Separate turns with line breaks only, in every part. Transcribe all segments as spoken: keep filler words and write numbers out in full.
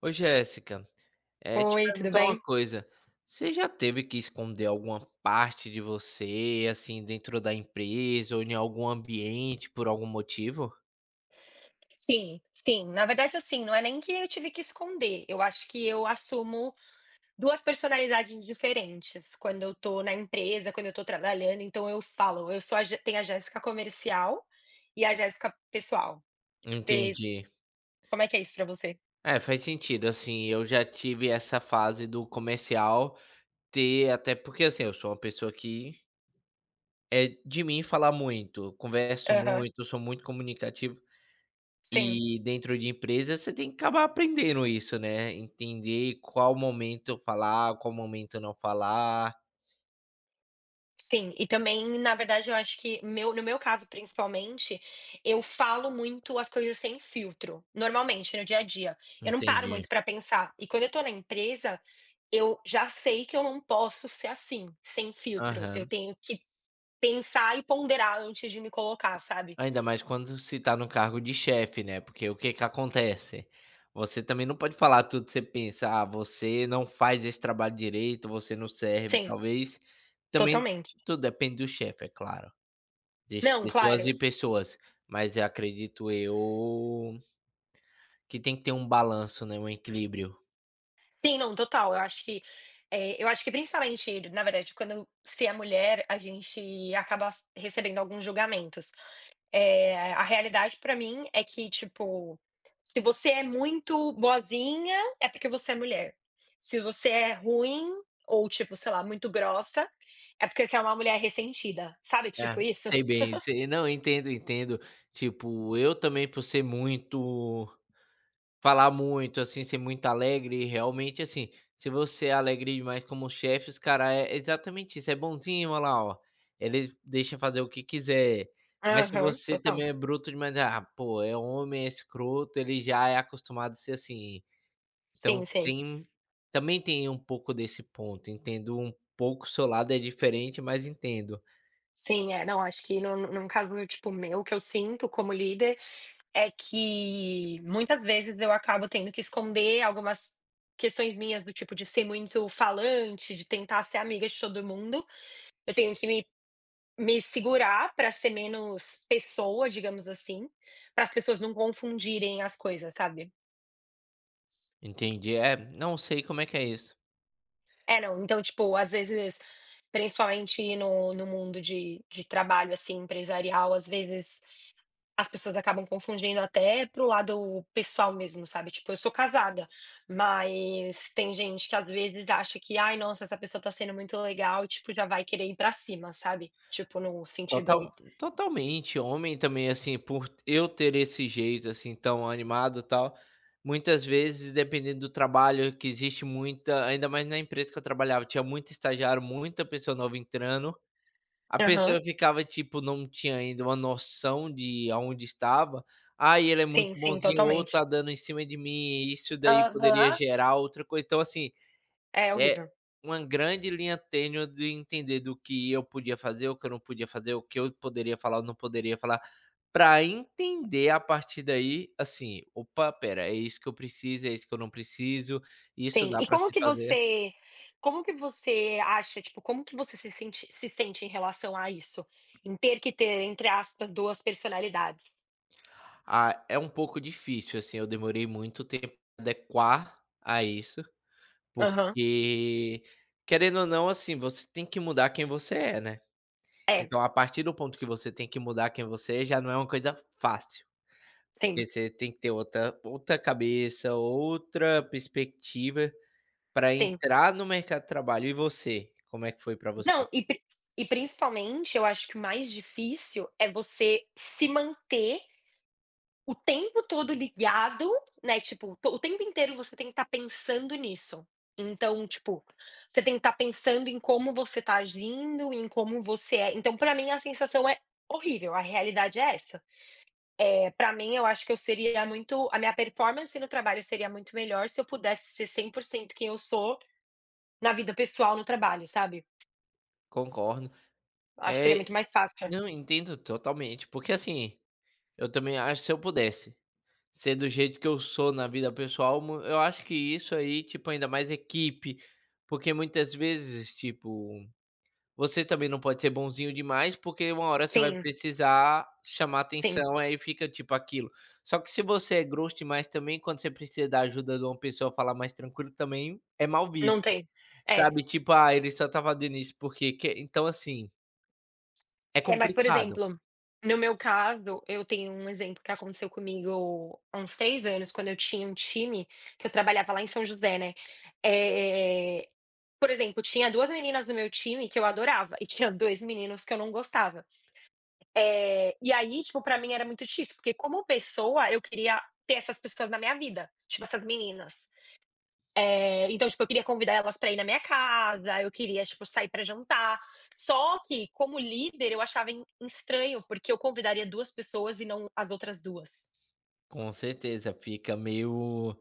Ô Jéssica, eh, te
Oi, tudo
perguntar uma
bem?
coisa, você já teve que esconder alguma parte de você, assim, dentro da empresa ou em algum ambiente por algum motivo?
Sim, sim. Na verdade, assim, não é nem que eu tive que esconder, eu acho que eu assumo duas personalidades diferentes quando eu tô na empresa, quando eu tô trabalhando, então eu falo: "Eu sou a Jé", tem a Jéssica comercial e a Jéssica pessoal. Você
Entendi.
Como é que é isso pra você?
É, faz sentido, assim, eu já tive essa fase do comercial ter até porque, assim, eu sou uma pessoa que é de mim falar muito, eu converso
Aham.
muito, eu sou muito comunicativo.
Sim,
E dentro de empresa você tem que acabar aprendendo isso, né, entender qual momento falar, qual momento não falar.
sim. E também, na verdade, eu acho que meu no meu caso, principalmente, eu falo muito as coisas sem filtro, normalmente, no dia a dia. Eu não paro
Entendi.
muito para pensar. E quando eu tô na empresa, eu já sei que eu não posso ser assim, sem filtro. Eu
Aham.
tenho que pensar e ponderar antes de me colocar, sabe.
Ainda mais quando se tá no cargo de chefe, né, porque o que que acontece? Você também não pode falar tudo que você pensa: "Ah, você não faz esse trabalho direito, você não serve",
Sim,
talvez também
totalmente.
tudo depende do chefe, é claro, de
Não,
pessoas e
claro.
pessoas, mas eu acredito eu que tem que ter um balanço, né, um equilíbrio.
Sim, não, total. Eu acho que, eh, eu acho que principalmente, na verdade, quando se é mulher, a gente acaba s recebendo alguns julgamentos. Eh, a realidade pra mim é que, tipo, se você é muito boazinha, é porque você é mulher. Se você é ruim ou, tipo, sei lá, muito grossa, é porque você é uma mulher ressentida, sabe,
É,
tipo isso?
sei bem, sei não, entendo, entendo. Tipo, eu também por ser muito falar muito, assim, ser muito alegre, realmente, assim, se você é alegre demais como chefe, os cara é exatamente isso, é bonzinho, olha lá, ó, ele deixa fazer o que quiser. Mas se
Aham,
você
total.
também é bruto demais, ah, pô, é homem, é escroto, ele já é acostumado a ser assim.
Sim,
Então
sim.
tem também tem um pouco desse ponto, entendo um pouco o seu lado, é diferente, mas entendo.
Sim, é, não, acho que num num caso, tipo, meu, que eu sinto como líder, é que muitas vezes eu acabo tendo que esconder algumas questões minhas, do tipo de ser muito falante, de tentar ser amiga de todo mundo. Eu tenho que me Me segurar para ser menos pessoa, digamos assim, para as pessoas não confundirem as coisas, sabe.
Entendi. É, não sei como é que é isso.
É, não, então, tipo, às vezes, principalmente no no mundo de de trabalho, assim, empresarial, às vezes as pessoas acabam confundindo até pro lado pessoal mesmo, sabe. Tipo, eu sou casada, mas tem gente que às vezes acha que: "Ai, nossa, essa pessoa tá sendo muito legal", e, tipo, já vai querer ir pra cima, sabe. Tipo, no
Total
sentido.
totalmente. Homem também, assim, por eu ter esse jeito, assim, tão animado, e tal, muitas vezes, dependendo do trabalho, que existe muita ainda mais na empresa que eu trabalhava, tinha muito estagiário, muita pessoa nova entrando. A
Aham.
pessoa ficava, tipo, não tinha ainda uma noção de aonde estava. "Ai, ele é
Sim,
muito
sim,
bonzinho", ou "Tá
totalmente.
dando em cima de mim", e isso daí poderia
Aham.
gerar outra coisa. Então, assim,
É
é
horrível.
uma grande linha tênue de entender do que eu podia fazer, o que eu não podia fazer, o que eu poderia falar ou não poderia falar, para entender a partir daí, assim, "Opa, pera, é isso que eu preciso, é isso que eu não preciso, isso
Sim.
dá
E
para
como
se
que
fazer".
você como que você acha, tipo, como que você se sente se sente em relação a isso? Em ter que ter, entre aspas, duas personalidades?
Ah, é um pouco difícil, assim, eu demorei muito tempo pra adequar a isso,
Aham.
porque, querendo ou não, assim, você tem que mudar quem você é, né.
É,
Então a partir do ponto que você tem que mudar quem você é, já não é uma coisa fácil.
sim,
Você tem que ter outra outra cabeça, outra perspectiva para
sim.
entrar no mercado de trabalho. E você, como é que foi para você?
Não, e pri e principalmente eu acho que o mais difícil é você se manter o tempo todo ligado, né, tipo, to- o tempo inteiro você tem que estar pensando nisso. Então, tipo, você tem que estar pensando em como você está agindo, em como você é. Então, pra mim, a sensação é horrível, a realidade é essa. É, para mim, eu acho que eu seria muito a minha performance no trabalho seria muito melhor se eu pudesse ser cem por cento quem eu sou na vida pessoal, no trabalho, sabe.
Concordo.
Acho que seria
É,
muito mais fácil.
não, entendo totalmente, porque assim, eu também acho que se eu pudesse ser do jeito que eu sou na vida pessoal, mu eu acho que isso aí, tipo, ainda mais equipe, porque muitas vezes, tipo, você também não pode ser bonzinho demais, porque uma hora você vai
Sim,
precisar chamar
sim,
atenção, aí fica tipo aquilo. Só que se você é grosso demais também, quando você precisa da ajuda de uma pessoa falar mais tranquilo também é mal
não
visto,
tem. É.
sabe, tipo: "Ah, ele só estava dando isso porque quer", então assim, é
É, mas, por
complicado.
exemplo, no meu caso, eu tenho um exemplo que aconteceu comigo há uns seis anos, quando eu tinha um time que eu trabalhava lá em São José, né. Eh, por exemplo, tinha duas meninas no meu time que eu adorava e tinha dois meninos que eu não gostava. Eh, e aí, tipo, pra mim era muito difícil, porque como pessoa eu queria ter essas pessoas na minha vida, tipo, essas meninas. Eh, então, tipo, eu queria convidar elas para ir na minha casa, eu queria, tipo, sair para jantar. Só que, como líder, eu achava en estranho, porque eu convidaria duas pessoas e não as outras duas.
Com certeza, fica meio,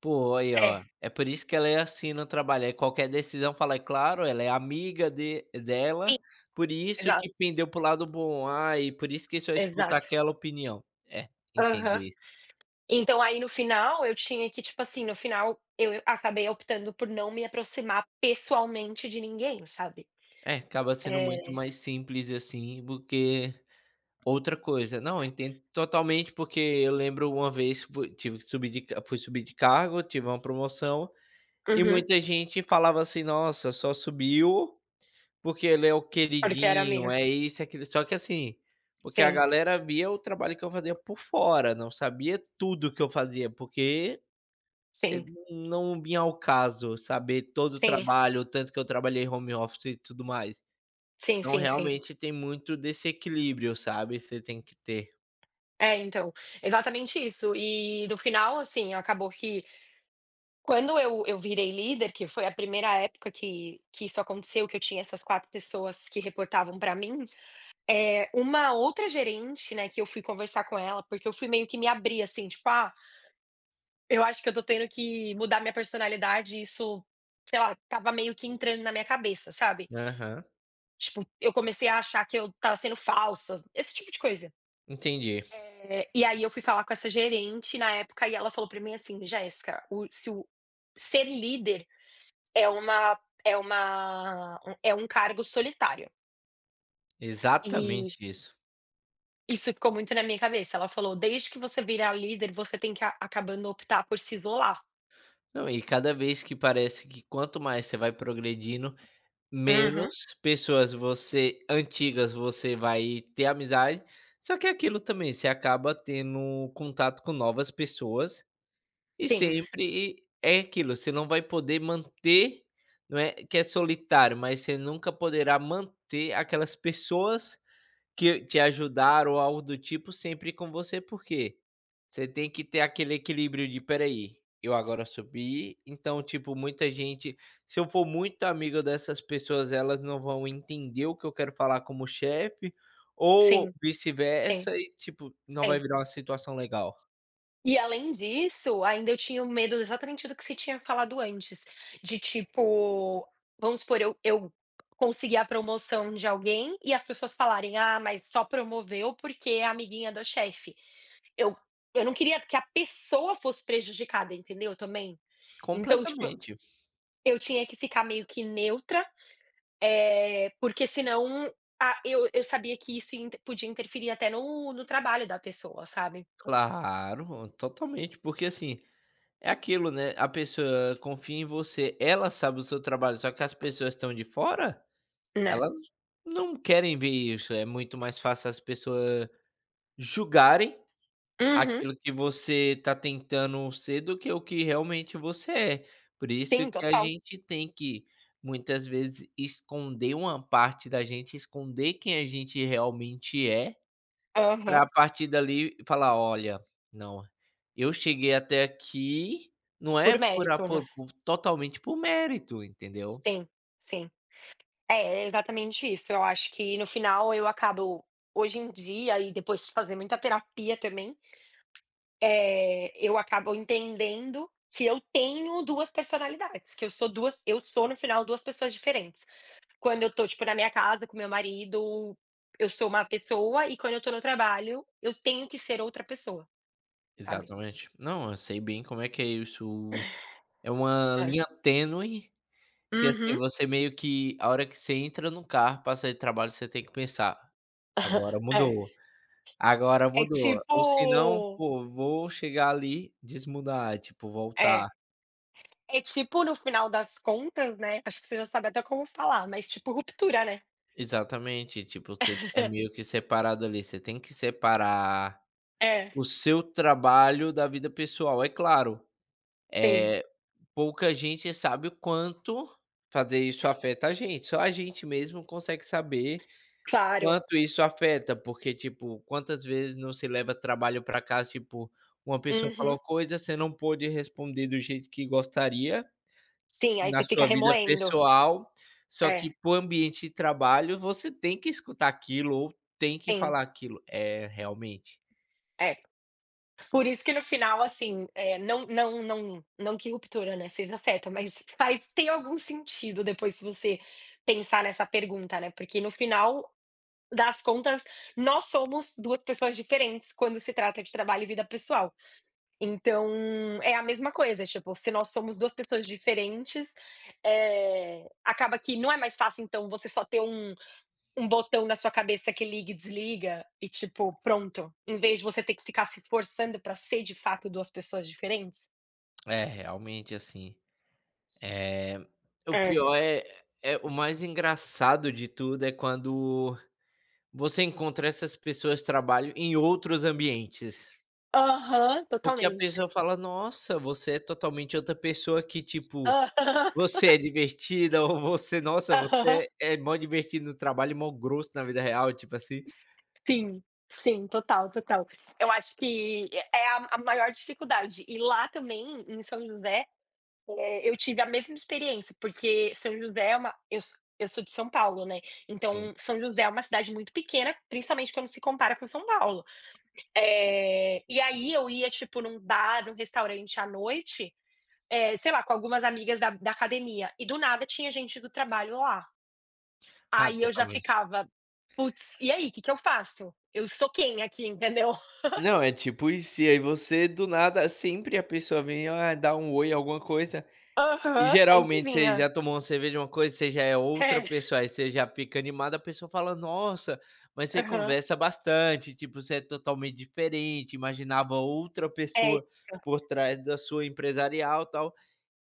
pô, aí
É,
ó, é por isso que ela é assim no trabalho, aí qualquer decisão fala: "É claro, ela é amiga de dela,
sim,
por isso
exato,
que pendeu pro lado bom, ah, e por isso que só escuta
exato.
aquela opinião". É, entendo
Aham.
isso.
Então aí no final, eu tinha que, tipo assim, no final eu acabei optando por não me aproximar pessoalmente de ninguém, sabe.
É, acaba sendo
É.
muito mais simples, assim, do que outra coisa. Não, eu entendo totalmente, porque eu lembro uma vez fui tive que subir de ca fui subir de cargo, tive uma promoção, e
Uhum.
muita gente falava assim: "Nossa, só subiu porque ele é o
Porque era
queridinho,
amiga.
é isso, é aquilo". Só que assim, porque a
Sim,
galera via o trabalho que eu fazia por fora, não sabia tudo que eu fazia, porque e
sim,
não vinha ao caso saber todo o
sim,
trabalho, o tanto que eu trabalhei home office e tudo mais.
sim,
Então
sim, sim.
realmente tem muito desse equilíbrio, sabe, você tem que ter.
É, então, exatamente isso. E no final, assim, acabou que quando eu eu virei líder, que foi a primeira época que que isso aconteceu, que eu tinha essas quatro pessoas que reportavam pra mim, é uma outra gerente, né, que eu fui conversar com ela, porque eu fui meio que me abrir, assim, tipo: "Ah, eu acho que eu tô tendo que mudar minha personalidade", e isso, sei lá, tava meio que entrando na minha cabeça, sabe.
Aham,
Tipo, eu comecei a achar que eu estava sendo falsa, esse tipo de coisa.
entendi.
É, e aí eu fui falar com essa gerente na época e ela falou pra mim assim: "Jéssica, o se o ser líder é uma é uma um, é um cargo solitário". E
Exatamente isso.
isso ficou muito na minha cabeça. Ela falou: "Desde que você virar líder, você tem que a acabando optar por se isolar".
Não, e cada vez que parece que quanto mais você vai progredindo,
Uhum.
menos pessoas você antigas você vai ter amizade, só que é aquilo também, você acaba tendo contato com novas pessoas, e
Sim,
sempre é aquilo, você não vai poder manter, não é que é solitário, mas você nunca poderá manter aquelas pessoas que te ajudaram ou algo do tipo sempre com você, porque você tem que ter aquele equilíbrio de: "Espera, eu agora subi", então, tipo, muita gente, se eu for muito amigo dessas pessoas, elas não vão entender o que eu quero falar como chefe, ou
sim, sim,
vice-versa e, tipo, não vai
sim.
virar uma situação legal.
E além disso, ainda eu tinha o medo exatamente do que você tinha falado antes, de tipo, vamos supor, eu eu conseguir a promoção de alguém e as pessoas falarem: "Ah, mas só promoveu porque é amiguinha do chefe". Eu eu não queria que a pessoa fosse prejudicada, entendeu, também. Então, tipo,
Completamente.
eu tinha que ficar meio que neutra, eh, porque senão a eu eu sabia que isso ia inter podia interferir até no no trabalho da pessoa, sabe.
Claro, totalmente, porque, assim, é aquilo, né, a pessoa confia em você, ela sabe o seu trabalho, só que as pessoas estão de fora,
Né.
elas não querem ver isso, é muito mais fácil as pessoas julgarem
Uhum.
aquilo que você está tentando ser do que o que realmente você é. Por isso
Sim,
que a
total.
gente tem que, muitas vezes, esconder uma parte da gente, esconder quem a gente realmente é,
Aham.
pra partir dali falar: "Olha, não, eu cheguei até aqui, não
Por
é por a
mérito, né.
por por totalmente por mérito", entendeu?
Sim, sim. É, é exatamente isso. Eu acho que no final eu acabo hoje em dia, e depois de fazer muita terapia também, eh, eu acabo entendendo que eu tenho duas personalidades, que eu sou duas, eu sou no final duas pessoas diferentes. Quando eu estou, tipo, na minha casa com meu marido, eu sou uma pessoa, e quando eu estou no trabalho, eu tenho que ser outra pessoa, sabe.
Exatamente. Não, eu sei bem como é que é isso. É uma
É.
linha tênue que, assim,
Uhum.
você meio que a hora que você entra no carro pra sair do trabalho, você tem que pensar: "Agora
É.
mudou, agora
É
mudou", ou senão,
tipo
pô, vou chegar ali, desmudar, tipo, voltar.
é. É tipo no final das contas, né, acho que você já sabe até como falar, mas tipo ruptura, né.
Exatamente, tipo, você é meio que separado ali, você tem que separar
É,
o seu trabalho da vida pessoal. É claro,
sim,
eh, pouca gente sabe o quanto fazer isso afeta a gente, só a gente mesmo consegue saber
claro.
quanto isso afeta, porque, tipo, quantas vezes não se leva trabalho para casa, tipo, uma pessoa falou
Uhum.
coisa, você não pôde responder do jeito que gostaria,
Sim, aí
na
você fica
sua vida
remoendo.
pessoal, só que
É,
para o ambiente de trabalho você tem que escutar aquilo ou tem que
sim,
falar aquilo. É, realmente.
é. Por isso que no final, assim, eh, não, não, não, não que ruptura, né, seja certa, mas faz tem algum sentido depois, se você pensar nessa pergunta, né, porque no final das contas, nós somos duas pessoas diferentes quando se trata de trabalho e vida pessoal. Então, é a mesma coisa, tipo, se nós somos duas pessoas diferentes, eh, acaba que não é mais fácil, então, você só ter um um botão na sua cabeça que liga e desliga e, tipo, pronto, em vez de você ter que ficar se esforçando pra ser de fato duas pessoas diferentes.
É, realmente, assim, eh, o
É.
pior é é o mais engraçado de tudo é quando você encontra essas pessoas de trabalho em outros ambientes.
Aham,
Porque a
totalmente.
pessoa fala: "Nossa, você é totalmente outra pessoa que, tipo,
Aham,
você é divertida", ou você: "Nossa,
aham.
você é mó divertido no trabalho e mó grosso na vida real", tipo assim.
Sim, sim, total, total. Eu acho que é é a a maior dificuldade. E lá também, em São José. Eh, eu tive a mesma experiência, porque São José é uma eu so eu sou de São Paulo, né,
Sim.
então São José é uma cidade muito pequena, principalmente quando se compara com São Paulo. Eh, e aí eu ia, tipo, num bar, num restaurante à noite, eh, sei lá, com algumas amigas da da academia, e do nada tinha gente do trabalho lá.
Ah,
Aí eu já
totalmente.
ficava: "Putz, e aí, o que que eu faço? Eu sou quem aqui?", entendeu?
Não, é tipo isso, e aí você do nada sempre a pessoa vem: "Ah, dá um oi", alguma coisa. E
Aham, sempre
geralmente você
vinha.
já tomou uma cerveja, uma coisa, você já é outra
É,
pessoa, aí você já fica animado, a pessoa fala: "Nossa, mas você
aham.
conversa bastante, tipo, você é totalmente diferente, imaginava outra
É
pessoa
isso,
por trás da sua empresarial, e tal".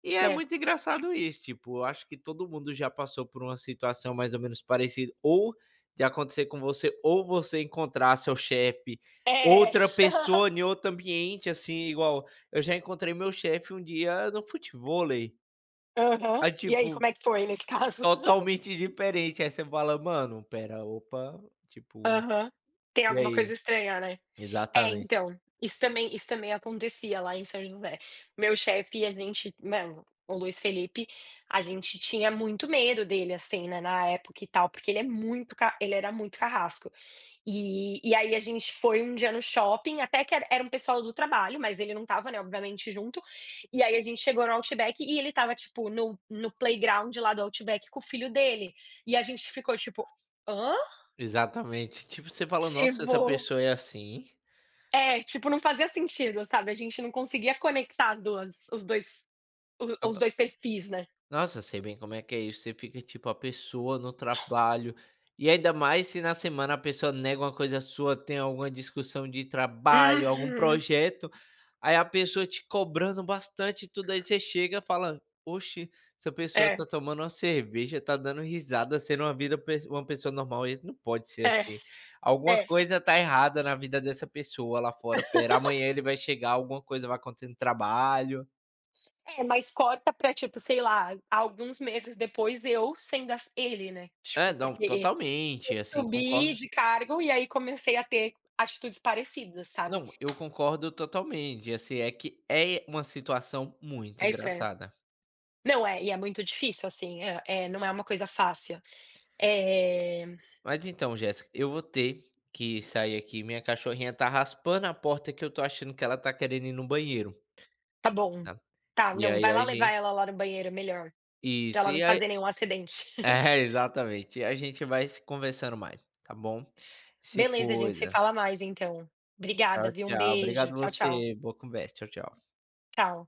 E é
né.
muito engraçado isso, tipo, eu acho que todo mundo já passou por uma situação mais ou menos parecida, ou de acontecer com você, ou você encontrar seu chefe,
É.
outra pessoa em outro ambiente, assim, igual eu já encontrei meu chefe um dia no futevôlei.
Aham.
Aí,
E aí,
tipo,
como é que foi nesse caso?
totalmente diferente. Aí você fala: "Mano, pera, opa", tipo,
Aham. Tem
e
alguma coisa
aí?
estranha, né. É,
Exatamente,
então, isso também isso também acontecia lá em São José. Meu chefe, e a gente, mano, o Luiz Felipe, a gente tinha muito medo dele, assim, né, na época e tal, porque ele é muito ca ele era muito carrasco. E e aí a gente foi um dia no shopping, até que era era um pessoal do trabalho, mas ele não estava, né, obviamente junto. E aí a gente chegou no Outback e ele estava, tipo, no no playground lá do Outback com o filho dele. E a gente ficou tipo: "Hã?"
exatamente. Tipo, você fala: "Nossa,
Tipo,
essa pessoa é assim?".
é, tipo, não fazia sentido, sabe, a gente não conseguia conectar duas os dois o os
Tota
dois perfis, né.
Nossa, sei bem como é que é isso. Você fica tipo a pessoa no trabalho. E ainda mais se na semana a pessoa nega uma coisa sua, tem alguma discussão de trabalho, algum
Uhum.
projeto, aí a pessoa te cobrando bastante e tudo, aí você chega e fala: Oxe, essa pessoa
É,
tá tomando uma cerveja, tá dando risada, sendo uma vida, pe- uma pessoa normal. E não pode ser
é,
assim. Alguma
é.
coisa tá errada na vida dessa pessoa lá fora. Pera, amanhã ele vai chegar, alguma coisa vai acontecer no trabalho.
É, mas corta pra, tipo, sei lá, alguns meses depois eu sendo as ele, né,
É,
tipo,
não,
porque
totalmente, assim,
subi
concordo.
de cargo, e aí comecei a ter atitudes parecidas, sabe.
Não, eu concordo totalmente, assim, é que é uma situação muito
É estranho.
engraçada.
Não é, e é muito difícil, assim, é eh, não é uma coisa fácil. Eh,
Mas então, Jéssica, eu vou ter que sair aqui, minha cachorrinha tá raspando a porta que eu tô achando que ela tá querendo ir no banheiro,
"Tá bom,
tá.
tá,
E
não,
aí
vai
a
lá levar
gente
ela lá no banheiro, melhor, pra
isso,
ela não
e aí
fazer nenhum acidente".
é, exatamente, e a gente vai se conversando mais, tá bom. Se
Beleza, a gente se
cuida.
fala mais então.
Tchau,
Obrigada, viu, um
tchau.
beijo.
Obrigado
Tchau, tchau.
você, boa conversa. Tchau, tchau.
Tchau.